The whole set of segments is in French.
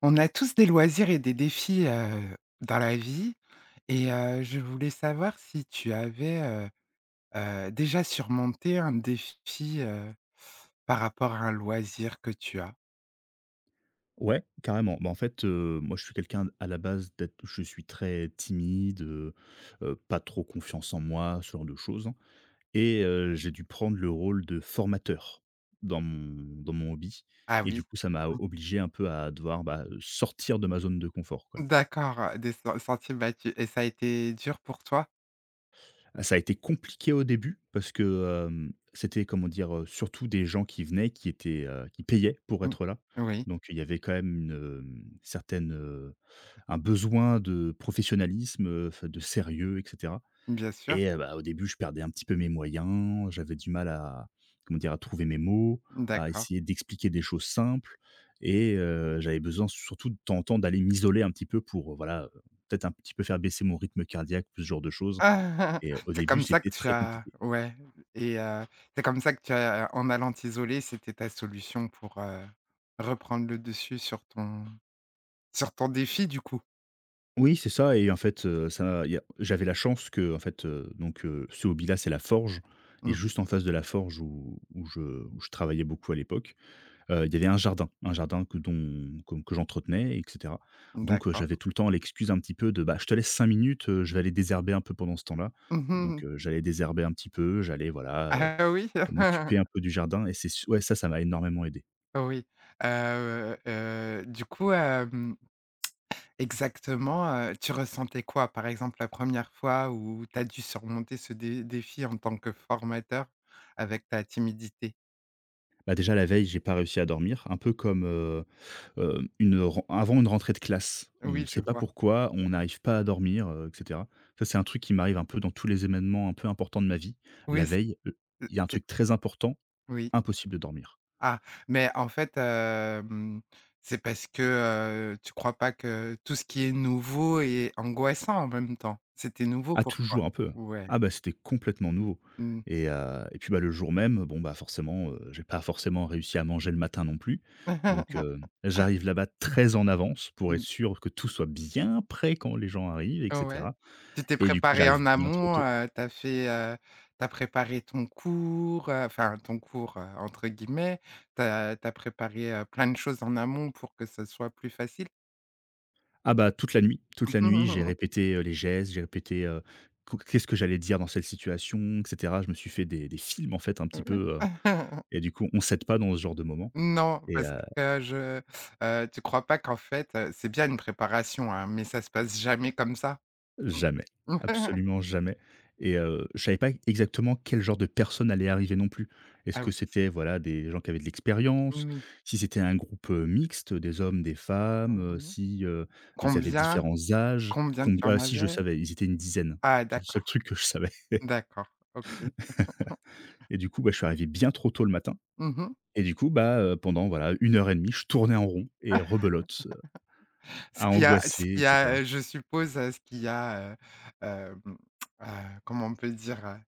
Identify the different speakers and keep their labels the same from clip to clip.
Speaker 1: On a tous des loisirs et des défis, dans la vie et je voulais savoir si tu avais, déjà surmonté un défi, par rapport à un loisir que tu as?
Speaker 2: Ouais, carrément. Bah, en fait, moi, je suis quelqu'un à la base d'être je suis très timide, pas trop confiance en moi, ce genre de choses, hein, et j'ai dû prendre le rôle de formateur dans mon hobby
Speaker 1: Ah
Speaker 2: et
Speaker 1: oui.
Speaker 2: du coup, ça m'a
Speaker 1: Mmh.
Speaker 2: obligé un peu à devoir, bah, sortir de ma zone de confort, quoi.
Speaker 1: D'accord, des sentiers battus et ça a été dur pour toi?
Speaker 2: Ah, ça a été compliqué au début parce que, c'était, comment dire? Surtout des gens qui venaient, qui payaient pour
Speaker 1: Mmh.
Speaker 2: être là.
Speaker 1: Oui.
Speaker 2: Donc il y avait quand même un besoin de professionnalisme, enfin de sérieux, et cetera,
Speaker 1: Bien sûr,
Speaker 2: et bah, au début, je perdais un petit peu mes moyens, j'avais du mal à, comment dire? À trouver mes mots, à
Speaker 1: d'accord.
Speaker 2: essayer d'expliquer des choses simples, et j'avais besoin surtout de temps en temps d'aller m'isoler un petit peu pour, voilà, peut-être un petit peu faire baisser mon rythme cardiaque, ce genre de choses,
Speaker 1: Ah,
Speaker 2: et au
Speaker 1: C'est
Speaker 2: début,
Speaker 1: comme ça que
Speaker 2: c'était
Speaker 1: tu
Speaker 2: très
Speaker 1: as
Speaker 2: compliqué.
Speaker 1: ouais et c'est comme ça que tu as, en allant t'isoler, c'était ta solution pour, reprendre le dessus sur ton défi du coup?
Speaker 2: Oui, c'est ça. Et en fait, ça y a j'avais la chance que, en fait, donc ce hobby-là, c'est la forge, et
Speaker 1: Mmh,
Speaker 2: juste en face de la forge où je travaillais beaucoup à l'époque. Il y avait un jardin que dont que j'entretenais, et cetera. Donc j'avais
Speaker 1: d'accord.
Speaker 2: tout le temps l'excuse un petit peu de: «Bah, je te laisse 5 minutes, je vais aller désherber un peu pendant ce temps-là», et donc
Speaker 1: Mmh.
Speaker 2: j'allais désherber un petit peu, j'allais, voilà,
Speaker 1: Ah oui?
Speaker 2: m'occuper un peu du jardin. Et c'est su ouais, ça m'a énormément aidé.
Speaker 1: Oui, du coup, exactement, tu ressentais quoi, par exemple, la première fois où tu as dû surmonter ce dé défi en tant que formateur avec ta timidité?
Speaker 2: Bah, déjà la veille, j'ai pas réussi à dormir, un peu comme, une ren avant une rentrée de classe. On
Speaker 1: Oui, je
Speaker 2: sait pas
Speaker 1: vois.
Speaker 2: pourquoi, on n'arrive pas à dormir, et cetera. Ça, c'est un truc qui m'arrive un peu dans tous les événements un peu importants de ma vie.
Speaker 1: Oui.
Speaker 2: La veille, il y a un
Speaker 1: C'est
Speaker 2: truc très important,
Speaker 1: Oui.
Speaker 2: impossible de dormir.
Speaker 1: Ah, mais en fait, c'est parce que, tu crois pas que tout ce qui est nouveau est angoissant en même temps? C'était nouveau
Speaker 2: Ah,
Speaker 1: pour toi?
Speaker 2: toujours un peu, hein.
Speaker 1: Ouais.
Speaker 2: Ah bah, c'était complètement nouveau,
Speaker 1: Mmh.
Speaker 2: et puis, bah, le jour même, bon, bah, forcément, j'ai pas forcément réussi à manger le matin non plus. Donc
Speaker 1: Mmh.
Speaker 2: j'arrive là-bas très en avance pour être sûr que tout soit bien prêt quand les gens arrivent, et
Speaker 1: Ouais.
Speaker 2: cetera,
Speaker 1: Tu t'es
Speaker 2: et du coup,
Speaker 1: préparé
Speaker 2: j'arrive
Speaker 1: en
Speaker 2: bien trop
Speaker 1: amont,
Speaker 2: tôt.
Speaker 1: tu préparé ton cours, enfin ton cours, entre guillemets. T'as préparé, plein de choses en amont pour que ce soit plus facile?
Speaker 2: Ah bah, toute la nuit, j'ai répété, les gestes, j'ai répété, co qu'est-ce que j'allais dire dans cette situation, et cetera. Je me suis fait des films, en fait, un petit
Speaker 1: Ouais.
Speaker 2: peu, et du coup, on s'aide pas dans ce genre de moment.
Speaker 1: Non, parce que je tu crois pas qu'en fait, c'est bien une préparation, hein, mais ça se passe jamais comme ça.
Speaker 2: Jamais,
Speaker 1: Mmh.
Speaker 2: absolument jamais. Et je savais pas exactement quel genre de personnes allait arriver non plus. Est-ce
Speaker 1: Ah
Speaker 2: que
Speaker 1: oui,
Speaker 2: c'était, voilà, des gens qui avaient de l'expérience?
Speaker 1: oui.
Speaker 2: Si c'était un groupe, mixte, des hommes, des femmes,
Speaker 1: Mmh.
Speaker 2: si, ils avaient
Speaker 1: Combien
Speaker 2: différents âges?
Speaker 1: combien
Speaker 2: Comb
Speaker 1: tu
Speaker 2: Ah
Speaker 1: en
Speaker 2: si, je
Speaker 1: avais?
Speaker 2: savais, ils étaient une dizaine.
Speaker 1: Ah
Speaker 2: C'est le seul
Speaker 1: d'accord,
Speaker 2: truc que je savais.
Speaker 1: d'accord, OK.
Speaker 2: Et du coup, bah, je suis arrivé bien trop tôt le matin,
Speaker 1: Mmh.
Speaker 2: et du coup, bah, pendant, voilà, 1 h 30, je tournais en rond et rebelote, à angoisser, et cetera.
Speaker 1: Je suppose, ce qui a, hem, heu, comment on peut dire? Heu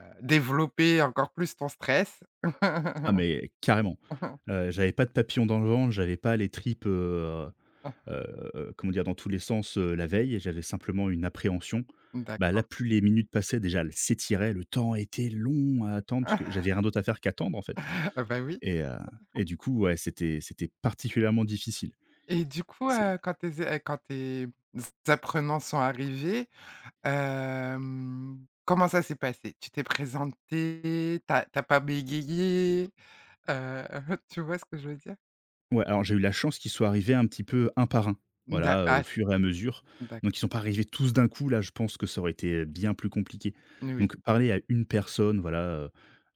Speaker 1: heu, Développé encore plus ton stress.
Speaker 2: Ah mais carrément. J'avais pas de papillons dans le ventre, j'avais pas les tripes, comment dire? Dans tous les sens, la veille, j'avais simplement une appréhension. Bah, là,
Speaker 1: D'accord.
Speaker 2: plus les minutes passaient, déjà, elles s'étiraient, le temps était long à attendre parce que j'avais rien d'autre à faire qu'attendre, en fait.
Speaker 1: Ah bah oui.
Speaker 2: Et heu et du coup, ouais, c'était particulièrement difficile.
Speaker 1: Et du coup, quand tes apprenants sont arrivés, comment ça s'est passé? Tu t'es présenté, t'as as pas bégayé, heu, tu vois ce que je veux dire?
Speaker 2: Ouais, alors j'ai eu la chance qu'ils soient arrivés un petit peu un par un,
Speaker 1: D'a
Speaker 2: voilà, au
Speaker 1: ah c'est
Speaker 2: fur et à mesure.
Speaker 1: bon,
Speaker 2: Donc ils
Speaker 1: d'accord,
Speaker 2: sont pas arrivés tous d'un coup, là, je pense que ça aurait été bien plus compliqué.
Speaker 1: oui, oui.
Speaker 2: Donc parler à une personne, voilà, heu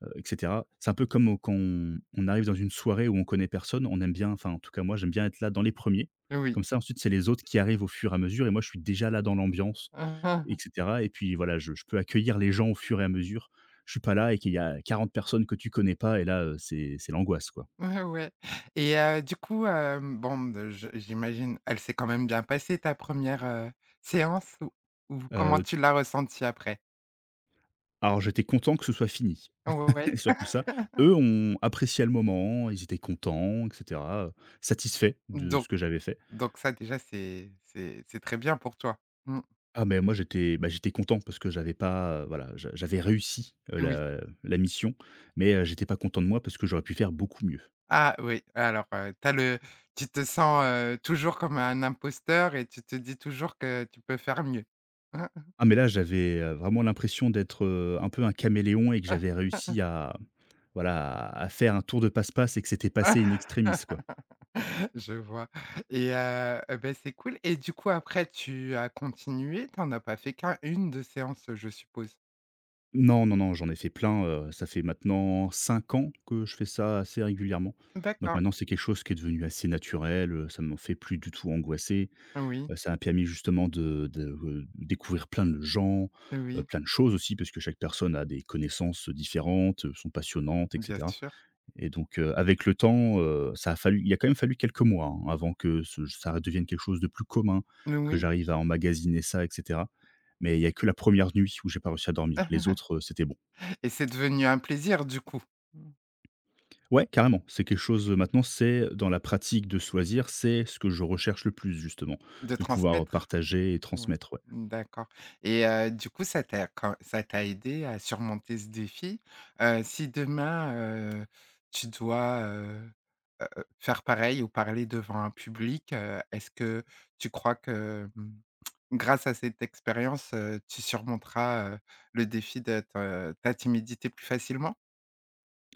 Speaker 2: heu, et cetera. C'est un peu comme au quand on arrive dans une soirée où on connaît personne, on aime bien, enfin, en tout cas moi, j'aime bien être là dans les premiers. Comme ça, ensuite, c'est les autres qui arrivent au fur et à mesure et moi, je suis déjà là dans l'ambiance, et cetera, et puis voilà, je peux accueillir les gens au fur et à mesure. Je suis pas là et qu'il y a 40 personnes que tu connais pas, et là, c'est l'angoisse, quoi.
Speaker 1: Ouais. Et du coup, bon, de je j'imagine, elle s'est quand même bien passée ta première re séance ou comment
Speaker 2: Heu
Speaker 1: tu l'as ressentie après?
Speaker 2: Alors, j'étais content que ce soit fini,
Speaker 1: Ouais,
Speaker 2: surtout ça. Eux ont apprécié le moment, ils étaient contents, et cetera, satisfaits de ce
Speaker 1: donc
Speaker 2: que j'avais fait.
Speaker 1: Donc ça déjà c'est très bien pour toi. Mmh,
Speaker 2: Ah mais moi, j'étais, bah, j'étais content parce que j'avais pas, voilà, j'avais réussi,
Speaker 1: oui.
Speaker 2: la mission, mais j'étais pas content de moi parce que j'aurais pu faire beaucoup mieux.
Speaker 1: Ah oui, alors, tu te sens, toujours comme un imposteur et tu te dis toujours que tu peux faire mieux, hein?
Speaker 2: Ah mais là, j'avais, vraiment l'impression d'être, un peu un caméléon et que j'avais réussi à, voilà, à faire un tour de passe-passe et que c'était passé in extremis, quoi.
Speaker 1: Je vois. Et et beh, c'est cool. Et du coup, après tu as continué? Tu en as pas fait qu'un, une, de séance, je suppose?
Speaker 2: Non, non, non, j'en ai fait plein, ça fait maintenant 5 ans que je fais ça assez régulièrement. Donc
Speaker 1: D'accord.
Speaker 2: maintenant, c'est quelque chose qui est devenu assez naturel, ça ne m'en fait plus du tout angoisser.
Speaker 1: Oui,
Speaker 2: Ça m'a permis justement de découvrir plein de gens,
Speaker 1: oui,
Speaker 2: plein de choses aussi parce que chaque personne a des connaissances différentes, sont passionnantes, et
Speaker 1: bien
Speaker 2: cetera.
Speaker 1: sûr.
Speaker 2: Et donc, avec le temps, ça a fallu il a quand même fallu quelques mois, hein, avant que ce ça devienne quelque chose de plus commun, que
Speaker 1: Oui.
Speaker 2: j'arrive à emmagasiner ça, et cetera. Mais il y a que la première nuit où j'ai pas réussi à dormir. Les autres, c'était bon.
Speaker 1: Et c'est devenu un plaisir du coup,
Speaker 2: Ouais, carrément. C'est quelque chose, maintenant, c'est dans la pratique de choisir. C'est ce que je recherche le plus, justement,
Speaker 1: de
Speaker 2: de pouvoir
Speaker 1: transmettre?
Speaker 2: partager et
Speaker 1: Ouais.
Speaker 2: transmettre, ouais.
Speaker 1: D'accord. Et du coup, ça t'a aidé à surmonter ce défi? Si demain, tu dois, faire pareil ou parler devant un public, est-ce que tu crois que, mmh, grâce à cette expérience, tu surmonteras, le défi de te ta timidité plus facilement?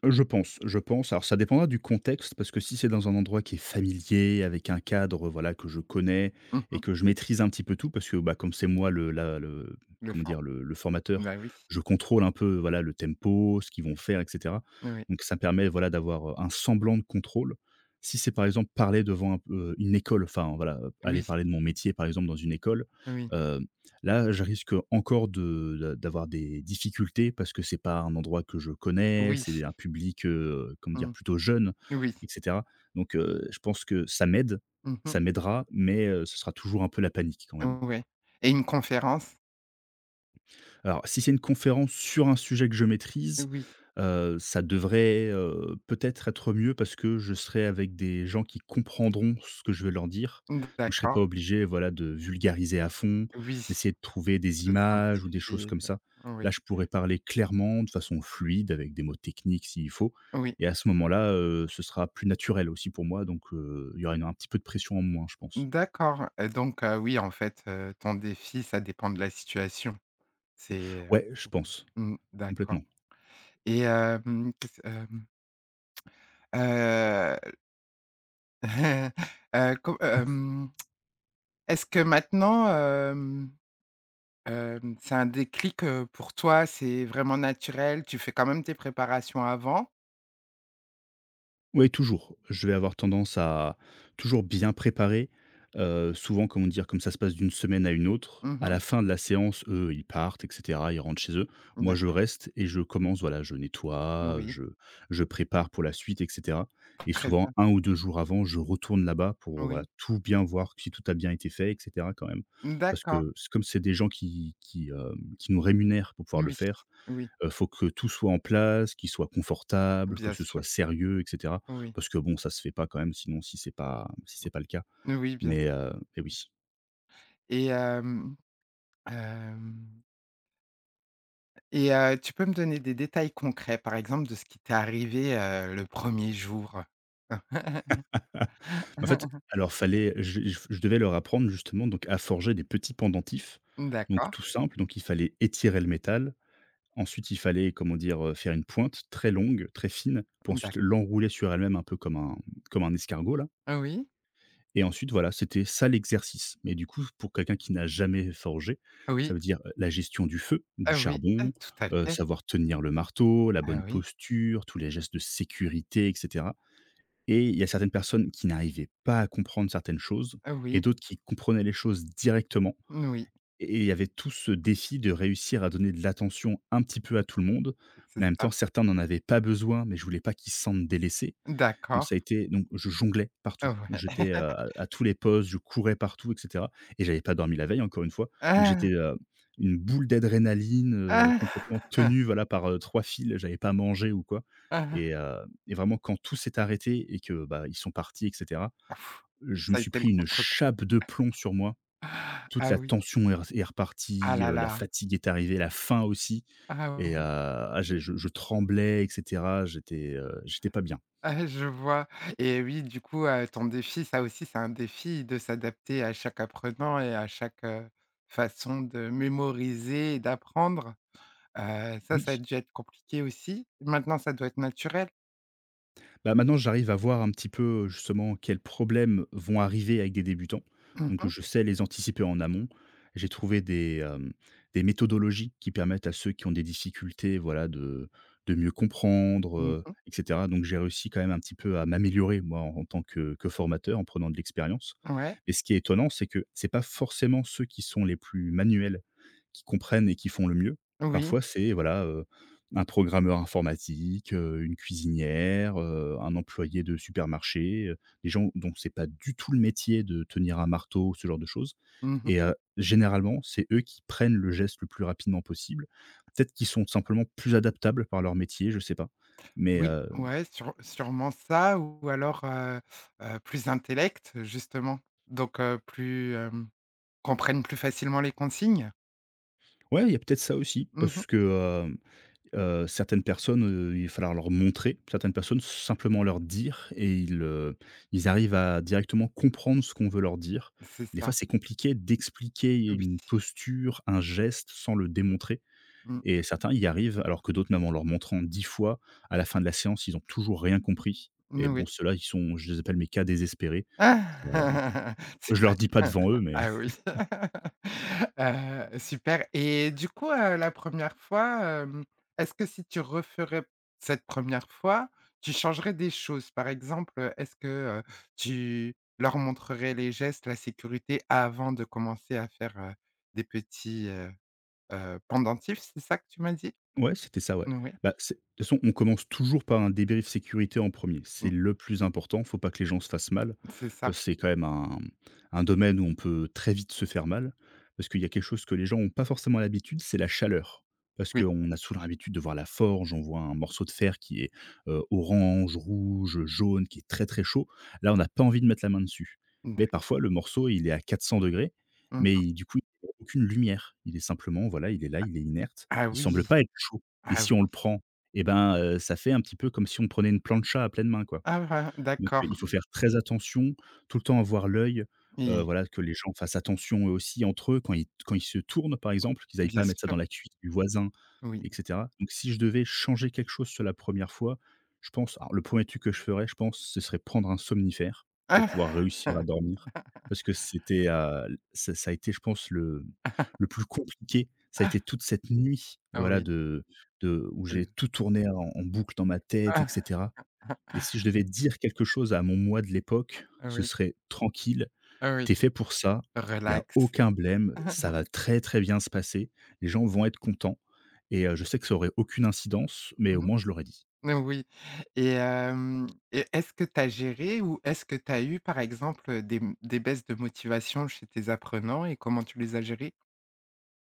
Speaker 2: Je pense, je pense. Alors, ça dépendra du contexte, parce que si c'est dans un endroit qui est familier, avec un cadre, voilà, que je connais et
Speaker 1: Mmh.
Speaker 2: que je maîtrise un petit peu tout, parce que, bah, comme c'est moi le la le
Speaker 1: Le
Speaker 2: comment
Speaker 1: fond.
Speaker 2: dire? Le formateur,
Speaker 1: Bah, oui.
Speaker 2: je contrôle un peu, voilà, le tempo, ce qu'ils vont faire, et cetera.
Speaker 1: Oui.
Speaker 2: Donc ça permet, voilà, d'avoir, un semblant de contrôle. Si c'est, par exemple, parler devant un p une école, enfin, voilà, aller
Speaker 1: Oui,
Speaker 2: parler de mon métier, par exemple, dans une école,
Speaker 1: oui,
Speaker 2: euh, là, je risque encore de d'a d'avoir des difficultés parce que c'est pas un endroit que je connais,
Speaker 1: oui.
Speaker 2: c'est un public, comment dire?
Speaker 1: Mmh.
Speaker 2: Plutôt jeune,
Speaker 1: Oui.
Speaker 2: et cetera. Donc, je pense que ça m'aide,
Speaker 1: Mmh.
Speaker 2: ça m'aidera, mais, ce sera toujours un peu la panique quand même.
Speaker 1: Ouais. Et une conférence?
Speaker 2: Alors, si c'est une conférence sur un sujet que je maîtrise,
Speaker 1: Oui.
Speaker 2: ça devrait, peut-être être mieux parce que je serai avec des gens qui comprendront ce que je vais leur dire. Donc je serai pas
Speaker 1: D'accord,
Speaker 2: obligé, voilà, de vulgariser à fond,
Speaker 1: oui,
Speaker 2: d'essayer de trouver des
Speaker 1: de
Speaker 2: images ou des choses
Speaker 1: simplifier,
Speaker 2: comme ça. Là,
Speaker 1: oui,
Speaker 2: je pourrais parler clairement, de façon fluide, avec des mots techniques s'il faut,
Speaker 1: oui.
Speaker 2: et à ce moment-là, ce sera plus naturel aussi pour moi, donc il y aura une un petit peu de pression en moins, je pense.
Speaker 1: D'accord, oui, en fait, ton défi, ça dépend de la situation. C'est
Speaker 2: Ouais, je pense,
Speaker 1: Mmh, d'accord.
Speaker 2: complètement.
Speaker 1: et hem, qu'est-ce hem, heu, heu, com hem, est-ce que maintenant, c'est un déclic, pour toi? C'est vraiment naturel? Tu fais quand même tes préparations avant?
Speaker 2: Oui, toujours. Je vais avoir tendance à toujours bien préparer. Souvent, comment dire? Comme ça se passe d'une semaine à une autre, à
Speaker 1: Mmh,
Speaker 2: la fin de la séance, eux, ils partent, et cetera, ils rentrent chez eux. Moi, je
Speaker 1: d'accord,
Speaker 2: reste et je commence, voilà, je nettoie,
Speaker 1: oui,
Speaker 2: je prépare pour la suite, et cetera, et
Speaker 1: très
Speaker 2: souvent
Speaker 1: bien,
Speaker 2: 1 ou 2 jours avant, je retourne là-bas pour, voilà,
Speaker 1: oui.
Speaker 2: tout bien voir, si tout a bien été fait, et cetera, quand même. Parce
Speaker 1: D'accord,
Speaker 2: que c comme c'est des gens qui qui nous rémunèrent pour pouvoir le
Speaker 1: oui,
Speaker 2: faire,
Speaker 1: oui,
Speaker 2: Faut que tout soit en place, qu'il soit confortable, que
Speaker 1: bien
Speaker 2: ce
Speaker 1: sûr.
Speaker 2: soit sérieux, et cetera.
Speaker 1: Oui,
Speaker 2: Parce que bon, ça se fait pas quand même sinon, si c'est pas le cas.
Speaker 1: oui, bien
Speaker 2: Mais,
Speaker 1: sûr.
Speaker 2: heu, mais oui.
Speaker 1: Et hem, hem et tu peux me donner des détails concrets, par exemple, de ce qui t'est arrivé, le premier jour?
Speaker 2: En fait, alors fallait je devais leur apprendre, justement, donc à forger des petits pendentifs, donc
Speaker 1: D'accord,
Speaker 2: tout simple. Donc il fallait étirer le métal. Ensuite, il fallait, comment dire? Faire une pointe très longue, très fine pour ensuite
Speaker 1: d'acc
Speaker 2: l'enrouler sur elle-même un peu comme un escargot, là.
Speaker 1: oui,
Speaker 2: Et ensuite, voilà, c'était ça l'exercice. Mais du coup, pour quelqu'un qui n'a jamais forgé, ça
Speaker 1: oui,
Speaker 2: veut dire, la gestion du feu, du
Speaker 1: ah oui, ah
Speaker 2: charbon,
Speaker 1: tout à fait,
Speaker 2: savoir tenir le marteau, la
Speaker 1: ah
Speaker 2: bonne
Speaker 1: oui,
Speaker 2: posture, tous les gestes de sécurité, et cetera. Et il y a certaines personnes qui n'arrivaient pas à comprendre certaines choses
Speaker 1: ah
Speaker 2: et
Speaker 1: oui,
Speaker 2: d'autres qui comprenaient les choses directement.
Speaker 1: oui,
Speaker 2: Et il y avait tout ce défi de réussir à donner de l'attention un petit peu à tout le monde.
Speaker 1: c'est
Speaker 2: Mais en même
Speaker 1: ça.
Speaker 2: temps, certains n'en avaient pas besoin, mais je voulais pas qu'ils se sentent délaissés. Donc
Speaker 1: D'accord,
Speaker 2: ça a été, donc je jonglais
Speaker 1: ah
Speaker 2: partout.
Speaker 1: ouais.
Speaker 2: J'étais, à tous les postes, je courais partout, et cetera, et j'avais pas dormi la veille encore une fois. Donc j'étais,
Speaker 1: Ah!
Speaker 2: une boule d'adrénaline, complètement
Speaker 1: Ah!
Speaker 2: tenue, voilà, par, 3 fils. J'avais pas mangé ou quoi, et
Speaker 1: Ah!
Speaker 2: heu et vraiment quand tout s'est arrêté et que, bah, ils sont partis, et cetera, je me
Speaker 1: Ça a
Speaker 2: suis
Speaker 1: été le
Speaker 2: pris une
Speaker 1: contre-coup.
Speaker 2: chape de plomb sur moi. Toute
Speaker 1: Ah
Speaker 2: la
Speaker 1: oui,
Speaker 2: tension est re est
Speaker 1: ah
Speaker 2: repartie,
Speaker 1: là
Speaker 2: la
Speaker 1: là,
Speaker 2: fatigue est arrivée, la faim aussi,
Speaker 1: ah
Speaker 2: et heu,
Speaker 1: oui.
Speaker 2: ah, j'ai je tremblais, et cetera. J'étais, j'étais pas bien.
Speaker 1: Ah, je vois. Et oui, du coup, ton défi, ça aussi, c'est un défi de s'adapter à chaque apprenant et à chaque, façon de mémoriser et d'apprendre. Ça,
Speaker 2: Oui.
Speaker 1: ça a dû être compliqué aussi. Maintenant, ça doit être naturel.
Speaker 2: Bah, maintenant, j'arrive à voir un petit peu, justement, quels problèmes vont arriver avec des débutants.
Speaker 1: Mmh
Speaker 2: Donc
Speaker 1: mh.
Speaker 2: je sais les anticiper en amont. J'ai trouvé des, des méthodologies qui permettent à ceux qui ont des difficultés, voilà, de mieux comprendre,
Speaker 1: Mmh.
Speaker 2: et cetera. Donc j'ai réussi quand même un petit peu à m'améliorer, moi, en tant que formateur, en prenant de l'expérience.
Speaker 1: Ouais.
Speaker 2: Mais ce qui est étonnant, c'est que c'est pas forcément ceux qui sont les plus manuels qui comprennent et qui font le mieux.
Speaker 1: Oui.
Speaker 2: Parfois, c'est voilà, un programmeur informatique, une cuisinière, un employé de supermarché, des gens dont c'est pas du tout le métier de tenir un marteau, ce genre de choses,
Speaker 1: Mmh.
Speaker 2: et généralement, c'est eux qui prennent le geste le plus rapidement possible. Peut-être qu'ils sont simplement plus adaptables par leur métier, je sais pas. Mais
Speaker 1: Oui,
Speaker 2: heu,
Speaker 1: ouais, sûrement ça, ou alors, plus intellect, justement, donc plus, comprennent plus facilement les consignes.
Speaker 2: ouais, il y a peut-être ça aussi
Speaker 1: Mmh.
Speaker 2: parce que, certaines personnes, il va falloir leur montrer, certaines personnes simplement leur dire, et ils, ils arrivent à directement comprendre ce qu'on veut leur dire.
Speaker 1: C'est
Speaker 2: Et des fois,
Speaker 1: ça.
Speaker 2: c'est compliqué d'expliquer
Speaker 1: Oui.
Speaker 2: une posture, un geste sans le démontrer,
Speaker 1: Mmh.
Speaker 2: et certains y arrivent alors que d'autres, même en leur montrant 10 fois, à la fin de la séance, ils ont toujours rien compris. Et bon,
Speaker 1: Oui.
Speaker 2: ceux-là, ils sont je les appelle mes cas désespérés. Heu,
Speaker 1: Ah! C'est
Speaker 2: je leur
Speaker 1: pas
Speaker 2: dis pas devant eux, mais
Speaker 1: ah oui. Super. Et du coup, la première fois, est-ce que si tu referais cette première fois, tu changerais des choses? Par exemple, est-ce que, heu, tu leur montrerais les gestes, la sécurité avant de commencer à faire, des petits, pendentifs, c'est ça que tu m'as dit?
Speaker 2: ouais, c'était ça, ouais.
Speaker 1: Oui,
Speaker 2: Bah, c'est de toute façon, on commence toujours par un débrief sécurité en premier. C'est
Speaker 1: mmh,
Speaker 2: le plus important, faut pas que les gens se fassent mal.
Speaker 1: c'est ça,
Speaker 2: C'est quand même un domaine où on peut très vite se faire mal, parce qu'il y a quelque chose que les gens n'ont pas forcément l'habitude, c'est la chaleur. Parce
Speaker 1: oui,
Speaker 2: qu'on a souvent l'habitude de voir la forge, on voit un morceau de fer qui est, orange, rouge, jaune, qui est très, très chaud. Là, on n'a pas envie de mettre la main dessus. Mais
Speaker 1: d'ac
Speaker 2: parfois, le morceau, il est à 400 degrés, mais
Speaker 1: mmh.
Speaker 2: il, du coup, il y a aucune lumière. Il est simplement, voilà, il est là, il est inerte.
Speaker 1: Ah
Speaker 2: Il semble
Speaker 1: oui,
Speaker 2: pas être chaud, et
Speaker 1: ah oui,
Speaker 2: si on le prend, eh ben, ça fait un petit peu comme si on prenait une plancha à pleine main, quoi.
Speaker 1: ah
Speaker 2: Donc
Speaker 1: d'accord,
Speaker 2: il faut faire très attention, tout le temps avoir l'œil,
Speaker 1: oui,
Speaker 2: voilà, que les gens fassent attention eux aussi entre eux quand ils se tournent, par exemple, qu'ils aillent
Speaker 1: bien
Speaker 2: pas mettre ça
Speaker 1: sûr,
Speaker 2: dans la cuisse du voisin,
Speaker 1: oui.
Speaker 2: et cetera. Donc si je devais changer quelque chose sur la première fois, je pense, alors le premier truc que je ferais, je pense, ce serait prendre un somnifère pour pouvoir
Speaker 1: Ah!
Speaker 2: réussir à dormir. Parce que c'était, ça a été, je pense, le plus compliqué. Ça a été toute cette nuit,
Speaker 1: Ah
Speaker 2: voilà,
Speaker 1: oui,
Speaker 2: de où j'ai
Speaker 1: heu,
Speaker 2: tout tourné en boucle dans ma tête, et
Speaker 1: ah!
Speaker 2: cetera. Et si je devais dire quelque chose à mon moi de l'époque,
Speaker 1: Ah
Speaker 2: ce
Speaker 1: oui,
Speaker 2: serait: «Tranquille,
Speaker 1: ah oui,
Speaker 2: t'es fait pour ça, il y a
Speaker 1: relax.
Speaker 2: aucun blême, ça va très, très bien se passer, les gens vont être contents.» Je sais que ça aurait aucune incidence, mais au
Speaker 1: Mmh.
Speaker 2: moins je l'aurais dit.
Speaker 1: Oui. Et est-ce que tu as géré ou est-ce que tu as eu, par exemple, des baisses de motivation chez tes apprenants et comment tu les as gérées?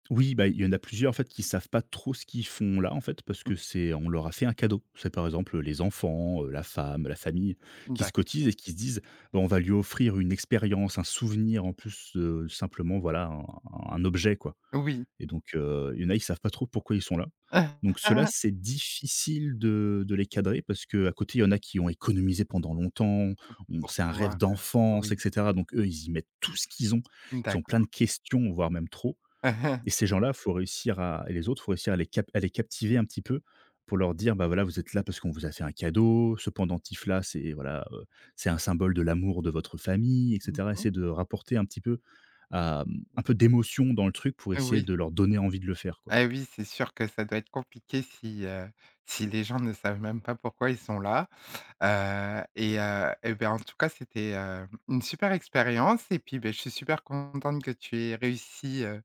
Speaker 2: Oui, bah, il y en a plusieurs, en fait, qui savent pas trop ce qu'ils font là, en fait, parce que
Speaker 1: D'accord.
Speaker 2: c'est, on leur a fait un cadeau. C'est par exemple les enfants, la femme, la famille qui se cotisent et qui se disent: «Bah, on va lui offrir une expérience, un souvenir en plus, simplement voilà, un objet quoi.»
Speaker 1: Oui.
Speaker 2: Et donc, il y en a, ils savent pas trop pourquoi ils sont là. Donc ceux-là, c'est difficile de les cadrer, parce que à côté, il y en a qui ont économisé pendant longtemps, on
Speaker 1: Pour
Speaker 2: c'est un rêve
Speaker 1: pouvoir
Speaker 2: d'enfance, et
Speaker 1: Oui,
Speaker 2: cetera. Donc eux, ils y mettent tout ce qu'ils ont. Ils ont plein de
Speaker 1: d'accord.
Speaker 2: questions, voire même trop. Et ces gens-là, faut réussir à et les autres, faut réussir à les captiver un petit peu pour leur dire: «Bah, voilà, vous êtes là parce qu'on vous a fait un cadeau, ce pendentif-là, c'est voilà, c'est un symbole de l'amour de votre famille», et cetera.
Speaker 1: Mmh.
Speaker 2: Essayer de rapporter un petit peu, un peu d'émotion dans le truc pour essayer
Speaker 1: Oui.
Speaker 2: de leur donner envie de le faire, quoi.
Speaker 1: Ah oui, c'est sûr que ça doit être compliqué si les gens ne savent même pas pourquoi ils sont là. Et ben, en tout cas, c'était, une super expérience et puis, ben je suis super contente que tu aies réussi,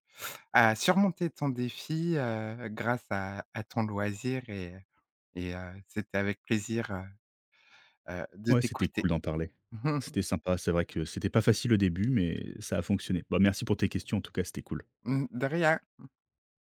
Speaker 1: à surmonter ton défi, grâce à ton loisir et c'était avec plaisir, de
Speaker 2: Ouais, c'était
Speaker 1: t'écouter.
Speaker 2: cool d'en parler. C'était sympa, c'est vrai que c'était pas facile au début, mais ça a fonctionné. Bah, merci pour tes questions en tout cas, c'était cool.
Speaker 1: Mmh, de rien.